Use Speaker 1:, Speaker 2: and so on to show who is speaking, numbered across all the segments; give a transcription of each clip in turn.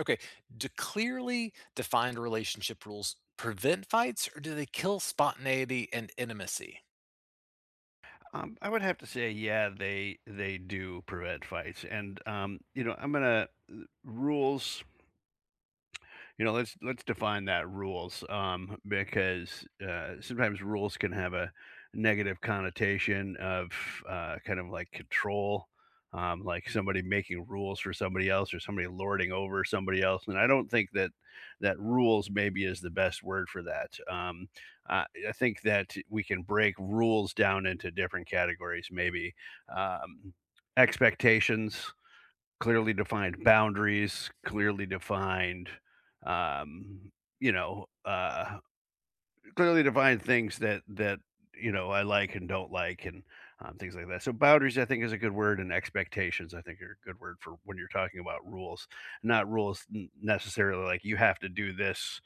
Speaker 1: Okay, do clearly defined relationship rules prevent fights or do they kill spontaneity and intimacy?
Speaker 2: I would have to say, yeah, they do prevent fights, and I'm gonna rules let's define that rules, because sometimes rules can have a negative connotation of kind of like control, like somebody making rules for somebody else or somebody lording over somebody else. And I don't think that that rules maybe is the best word for that. I think that we can break rules down into different categories, maybe um, expectations. Clearly defined boundaries, clearly defined, um, you know, uh clearly define things that I like and don't like, and things like that. So boundaries, I think, is a good word, and expectations, I think, are a good word for when you're talking about rules. Not rules necessarily like you have to do this,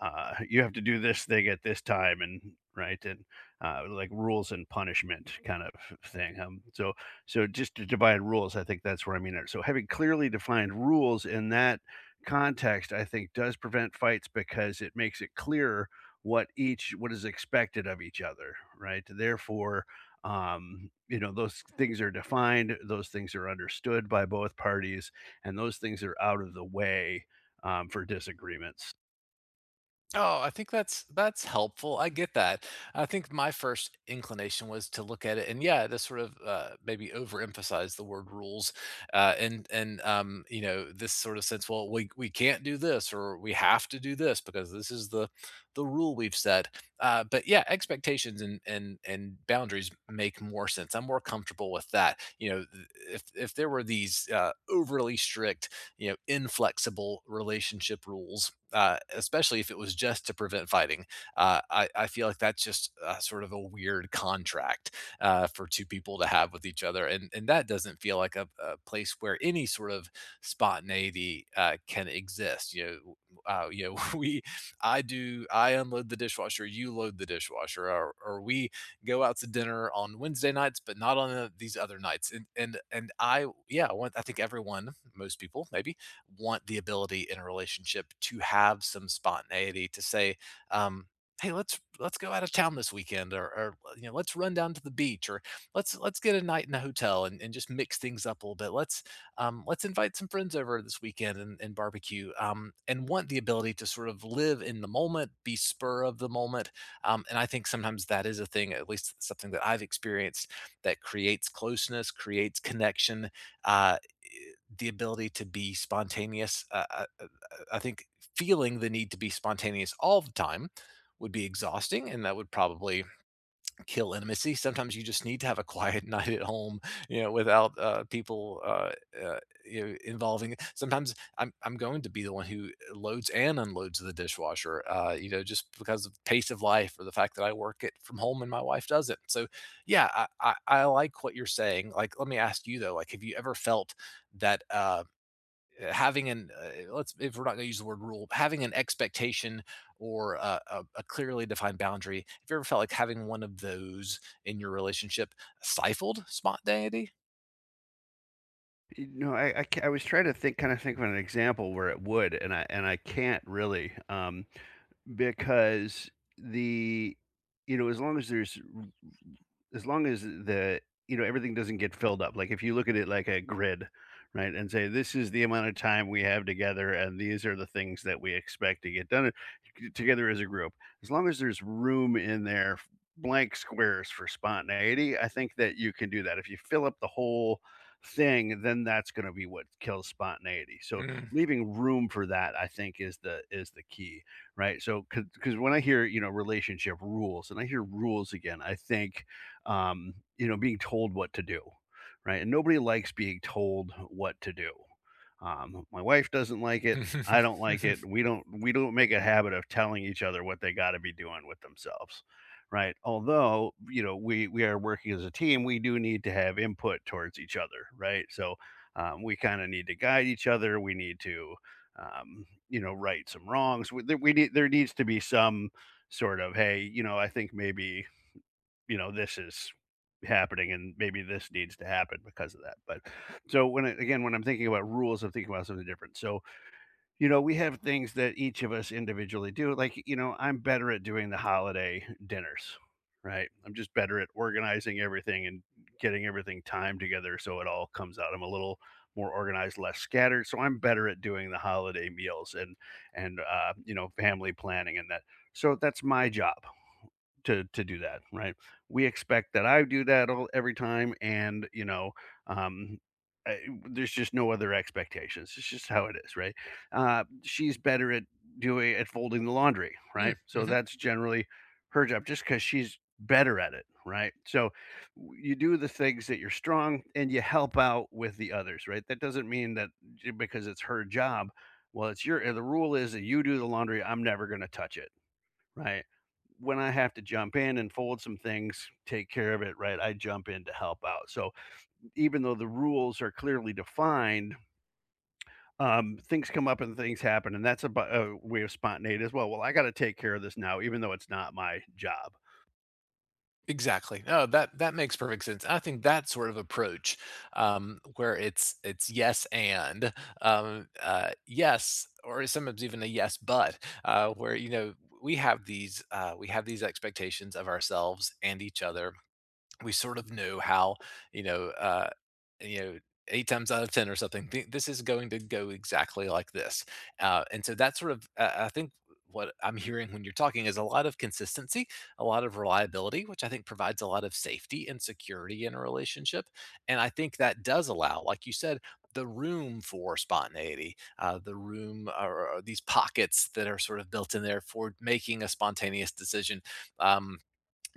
Speaker 2: you have to do this thing at this time, and right, and like rules and punishment kind of thing. So just to define rules, I think that's where I mean it. So having clearly defined rules in that context, I think, does prevent fights because it makes it clear what each what is expected of each other, right? Therefore, those things are defined, those things are understood by both parties, and those things are out of the way, for disagreements.
Speaker 1: Oh, I think that's helpful. I get that. I think my first inclination was to look at it and yeah, to sort of maybe overemphasize the word rules, and you know, this sort of sense. Well, we can't do this or we have to do this because this is the rule we've set. But yeah, expectations and boundaries make more sense. I'm more comfortable with that. You know, if there were these overly strict, you know, inflexible relationship rules, especially if it was just to prevent fighting. I feel like that's just sort of a weird contract for two people to have with each other, and that doesn't feel like a place where any sort of spontaneity can exist. Know, uh, you know, we, I do, I unload the dishwasher, you load the dishwasher, or we go out to dinner on Wednesday nights, but not on these other nights. And I, yeah, I think everyone, most people, maybe, want the ability in a relationship to have some spontaneity, to say, um hey, let's go out of town this weekend, or, you know, let's run down to the beach, or let's get a night in a hotel and, just mix things up a little bit. Let's invite some friends over this weekend and, barbecue. And want the ability to sort of live in the moment, be spur of the moment. And I think sometimes that is a thing, at least something that I've experienced, that creates closeness, creates connection, uh, the ability to be spontaneous. I think feeling the need to be spontaneous all the time would be exhausting, and that would probably kill intimacy. Sometimes you just need to have a quiet night at home, you know, without people uh, you know, involving. Sometimes I'm going to be the one who loads and unloads the dishwasher, you know, just because of the pace of life or the fact that I work it from home and my wife doesn't. So, yeah, I like what you're saying. Like, let me ask you though, like, have you ever felt that? Having an let's, if we're not going to use the word rule, having an expectation, or a clearly defined boundary, have you ever felt like having one of those in your relationship stifled spontaneity?
Speaker 2: I was trying to think, kind of think of an example where it would, and I can't really. Because the, you know, as long as there's, as long as the, you know, everything doesn't get filled up, like if you look at it like a grid, right, and say this is the amount of time we have together and these are the things that we expect to get done together as a group, as long as there's room in there, blank squares for spontaneity, I think that you can do that. If you fill up the whole thing, then that's going to be what kills spontaneity. So
Speaker 1: Mm.
Speaker 2: leaving room for that, I think, is the key, right? So, because when I hear, you know, relationship rules, and I hear rules again, I think, you know, being told what to do, right? And nobody likes being told what to do. My wife doesn't like it. I don't like it. We don't make a habit of telling each other what they got to be doing with themselves, right? Although, you know, we are working as a team, we do need to have input towards each other, right? So we kind of need to guide each other. We need to, you know, right some wrongs. We need, there needs to be some sort of hey, you know, I think maybe, you know, this is happening and maybe this needs to happen because of that. But so when I, again, when I'm thinking about rules, I'm thinking about something different. So you know, we have things that each of us individually do. Like, you know, I'm better at doing the holiday dinners, right? I'm just better at organizing everything and getting everything timed together so it all comes out. I'm a little more organized, less scattered, so I'm better at doing the holiday meals and you know, family planning and that. So that's my job to do that, right? We expect that I do that all every time, and you know, um, I, there's just no other expectations. It's just how it is, right? She's better at doing at folding the laundry,
Speaker 1: Mm,
Speaker 2: right? So
Speaker 1: mhm.
Speaker 2: that's generally her job, just because she's better at it, right? So you do the things that you're strong, and you help out with the others, right? That doesn't mean that because it's her job. Well, it's your. The rule is that you do the laundry. I'm never going to touch it. Right. When I have to jump in and fold some things, take care of it, right, I jump in to help out. So even though the rules are clearly defined, things come up and things happen, and that's a way of spontaneity as well. Well, I got to take care of this now, even though it's not my job.
Speaker 1: Exactly. No, that makes perfect sense. I think that sort of approach, where it's yes and, yes, or sometimes even a yes but, where, you know, we have these expectations of ourselves and each other. We sort of knew how, you know, you know, eight times out of ten or something, this is going to go exactly like this. And so that's sort of, I think, what I'm hearing when you're talking is a lot of consistency, a lot of reliability, which I think provides a lot of safety and security in a relationship. And I think that does allow, like you said, the room for spontaneity, the room, or, these pockets that are sort of built in there for making a spontaneous decision. Um,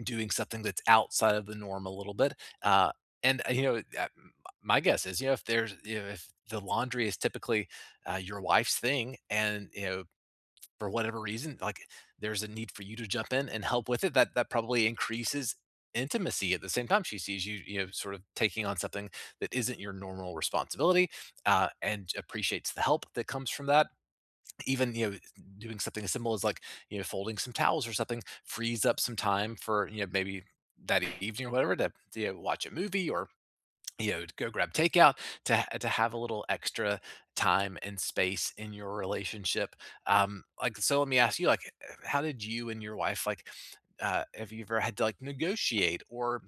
Speaker 1: Doing something that's outside of the norm a little bit. Uh, and you know, m- My guess is, you know, if the laundry is typically your wife's thing, and, you know, for whatever reason, like, there's a need for you to jump in and help with it, that probably increases intimacy. At the same time, she sees you, you know, sort of taking on something that isn't your normal responsibility, and appreciates the help that comes from that. Even, you know, doing something as simple as, like, you know, folding some towels or something frees up some time for, you know, maybe that evening or whatever, to, you know, watch a movie, or, you know, to go grab takeout, to have a little extra time and space in your relationship. Like, so let me ask you, like, how did you and your wife, like, have you ever had to, like, negotiate, or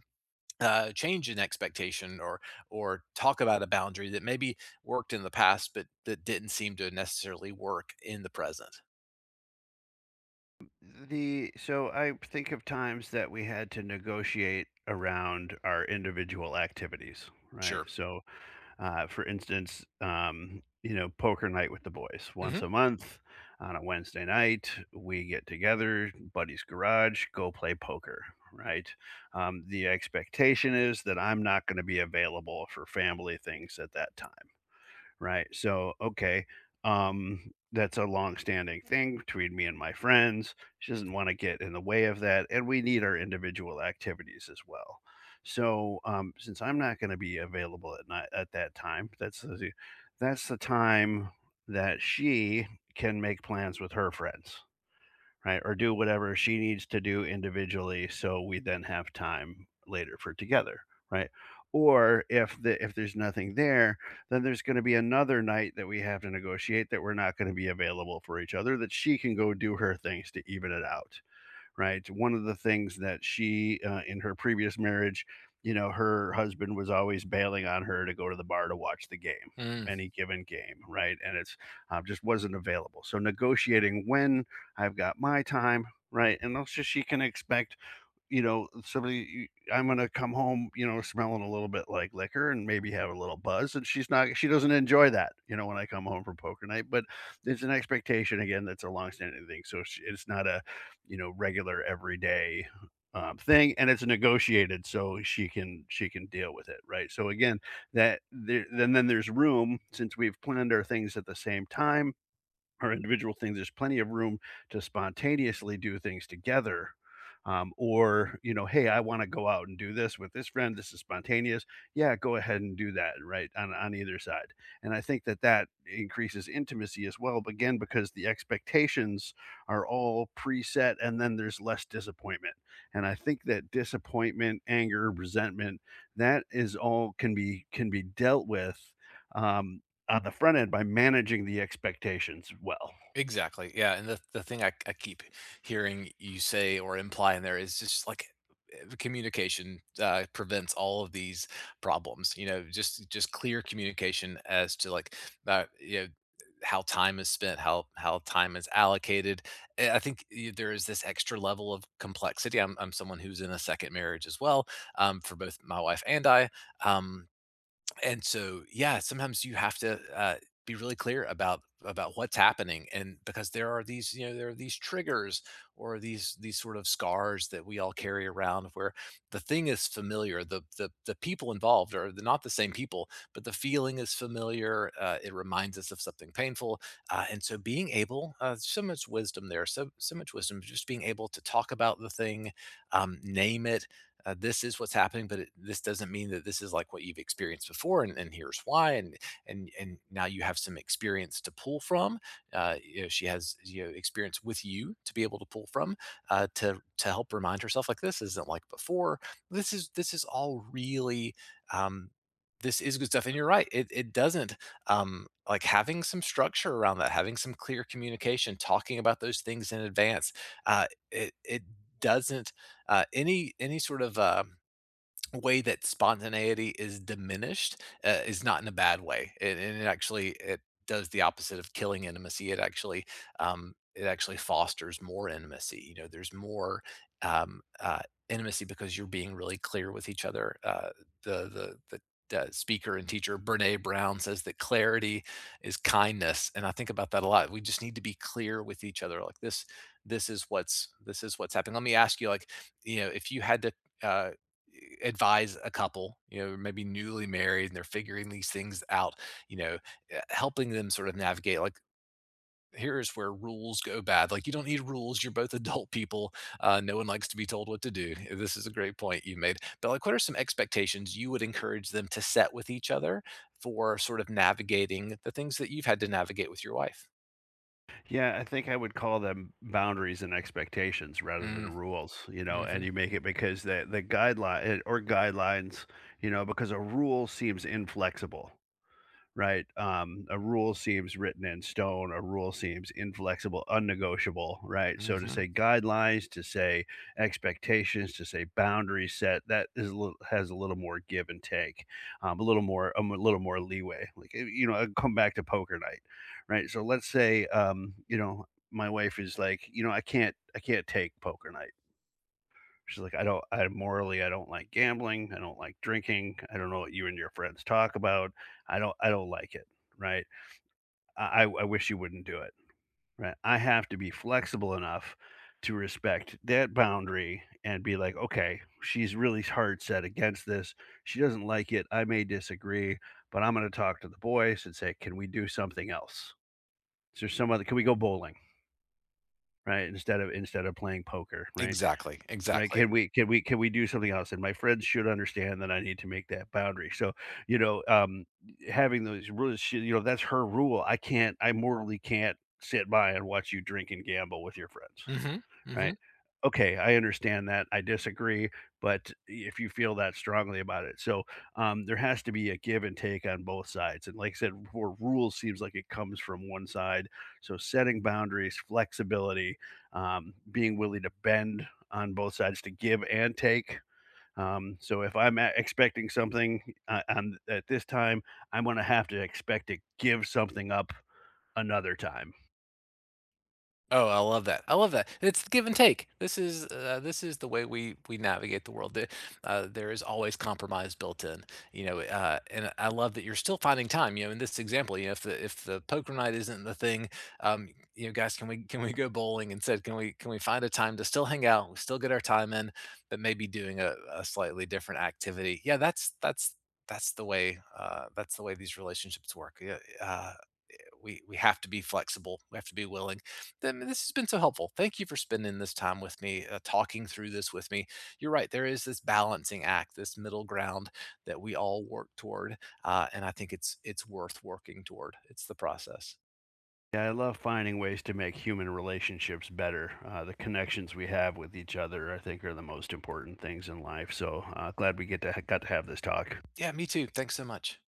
Speaker 1: change an expectation, or talk about a boundary that maybe worked in the past but that didn't seem to necessarily work in the present?
Speaker 2: The so I think of times that we had to negotiate around our individual activities, right?
Speaker 1: Sure.
Speaker 2: So for instance, you know, poker night with the boys once
Speaker 1: Hmm.
Speaker 2: a month on a Wednesday night. We get together, buddy's garage, go play poker. Right. The expectation is that I'm not going to be available for family things at that time. Right. So, okay. That's a long-standing thing between me and my friends. She doesn't want to get in the way of that, and we need our individual activities as well. So, since I'm not going to be available at night at that time, that's the time that she can make plans with her friends, right? Or do whatever she needs to do individually so we then have time later for together, right? Or if the if there's nothing there, then there's going to be another night that we have to negotiate that we're not going to be available for each other that she can go do her things to even it out, right? One of the things that she, in her previous marriage, you know, her husband was always bailing on her to go to the bar to watch the game,
Speaker 1: Mm,
Speaker 2: any given game, right? And it's just wasn't available. So negotiating when I've got my time, right? And also she can expect, you know, somebody I'm gonna come home, you know, smelling a little bit like liquor and maybe have a little buzz, and she doesn't enjoy that, you know, when I come home from poker night, but it's an expectation again that's a longstanding thing, so sh it's not a, you know, regular everyday, thing, and it's negotiated so she can deal with it, right? So, again, that there then there's room since we've planned our things at the same time or individual things, there's plenty of room to spontaneously do things together. Or, you know, hey, I want to go out and do this with this friend. This is spontaneous. Yeah, go ahead and do that, right? On either side. And I think that that increases intimacy as well, but again, because the expectations are all preset and then there's less disappointment. And I think that disappointment, anger, resentment, that is all can be dealt with um, on the front end by managing the expectations well.
Speaker 1: exactly. Yeah. And the thing I keep hearing you say or imply in there is just, like, communication prevents all of these problems. You know, just clear communication as to, like, you know, how time is spent, how time is allocated. I think, there is this extra level of complexity. I'm someone who's in a second marriage as well, for both my wife and I. Um, and so, yeah, sometimes you have to, be really clear about what's happening. And because there are these, you know, there are these triggers or these sort of scars that we all carry around, where the thing is familiar, the people involved are not the same people but the feeling is familiar, it reminds us of something painful. And so being able, so much wisdom there, so much wisdom, just being able to talk about the thing, name it, this is what's happening, but this doesn't mean that this is like what you've experienced before, and, here's why, and now you have some experience to pull from, you know, she has, you know, experience with you to be able to pull from, to help remind herself, like, this isn't like before. This is all really, um, this is good stuff. And you're right, it, doesn't, like, having some structure around that, having some clear communication, talking about those things in advance, it, doesn't, any sort of, way that spontaneity is diminished, is not in a bad way. And, it actually, it does the opposite of killing intimacy. It actually, it actually fosters more intimacy. You know, there's more, um, uh, intimacy, because you're being really clear with each other. Uh, the the the the speaker and teacher Brene Brown says that clarity is kindness, and I think about that a lot. We just need to be clear with each other. Like, this is what's happening. Let me ask you, like, you know, if you had to, uh, advise a couple, you know, maybe newly married and they're figuring these things out, you know, helping them sort of navigate, like, here's where rules go bad. Like, you don't need rules. You're both adult people. No one likes to be told what to do. This is a great point you made. But, like, what are some expectations you would encourage them to set with each other for sort of navigating the things that you've had to navigate with your wife?
Speaker 2: Yeah, I think I would call them boundaries and expectations rather
Speaker 1: Mm,
Speaker 2: than rules, you know, and
Speaker 1: mhm,
Speaker 2: you make it because the guideline or guidelines, you know, because a rule seems inflexible, right? A rule seems written in stone, a rule seems inflexible, unnegotiable, right? So to
Speaker 1: mhm.
Speaker 2: say guidelines, to say expectations, to say boundary set, that is a little, has a little more give and take, a little more leeway. Like you know, I come back to poker night, right? So let's say, you know, my wife is like, you know, I can't take poker night. She's like, "I don't I morally, I don't like gambling, I don't like drinking, I don't know what you and your friends talk about, I don't like it," right? I wish you wouldn't do it," right? I have to be flexible enough to respect that boundary and be like, "Okay, she's really hard set against this. She doesn't like it. I may disagree, but I'm gonna talk to the boys and say, can we do something else? Is there some other can we go bowling?'" Right? Instead of playing poker, right?
Speaker 1: Exactly,
Speaker 2: Right,
Speaker 1: exactly.
Speaker 2: can we do something else? And my friends should understand that I need to make that boundary. So, you know, having those rules, she you know, that's her rule. I can't I morally can't sit by and watch you drink and gamble with your friends.
Speaker 1: Mhm,
Speaker 2: Right.
Speaker 1: mhm.
Speaker 2: Okay, I understand that. I disagree, but if you feel that strongly about it. So, there has to be a give and take on both sides. And like I said, before, rules seems like it comes from one side. So setting boundaries, flexibility, being willing to bend on both sides to give and take. So if I'm expecting something on at this time, I'm going to have to expect to give something up another time.
Speaker 1: Oh, I love that. I love that. It's give and take. This is, the way we navigate the world. There is always compromise built in, you know. And I love that you're still finding time. You know, in this example, you know, if the poker night isn't the thing, um, you know, guys, can we, go bowling instead? Can we, find a time to still hang out? We still get our time in, but maybe doing a slightly different activity. Yeah, that's the way. That's the way these relationships work. Yeah. We have to be flexible. We have to be willing. Then this has been so helpful. Thank you for spending this time with me, talking through this with me. You're right. There is this balancing act, this middle ground that we all work toward, and I think it's worth working toward. It's the process.
Speaker 2: Yeah, I love finding ways to make human relationships better. The connections we have with each other, I think, are the most important things in life. So glad we get to got to have this talk.
Speaker 1: Yeah, me too. Thanks so much.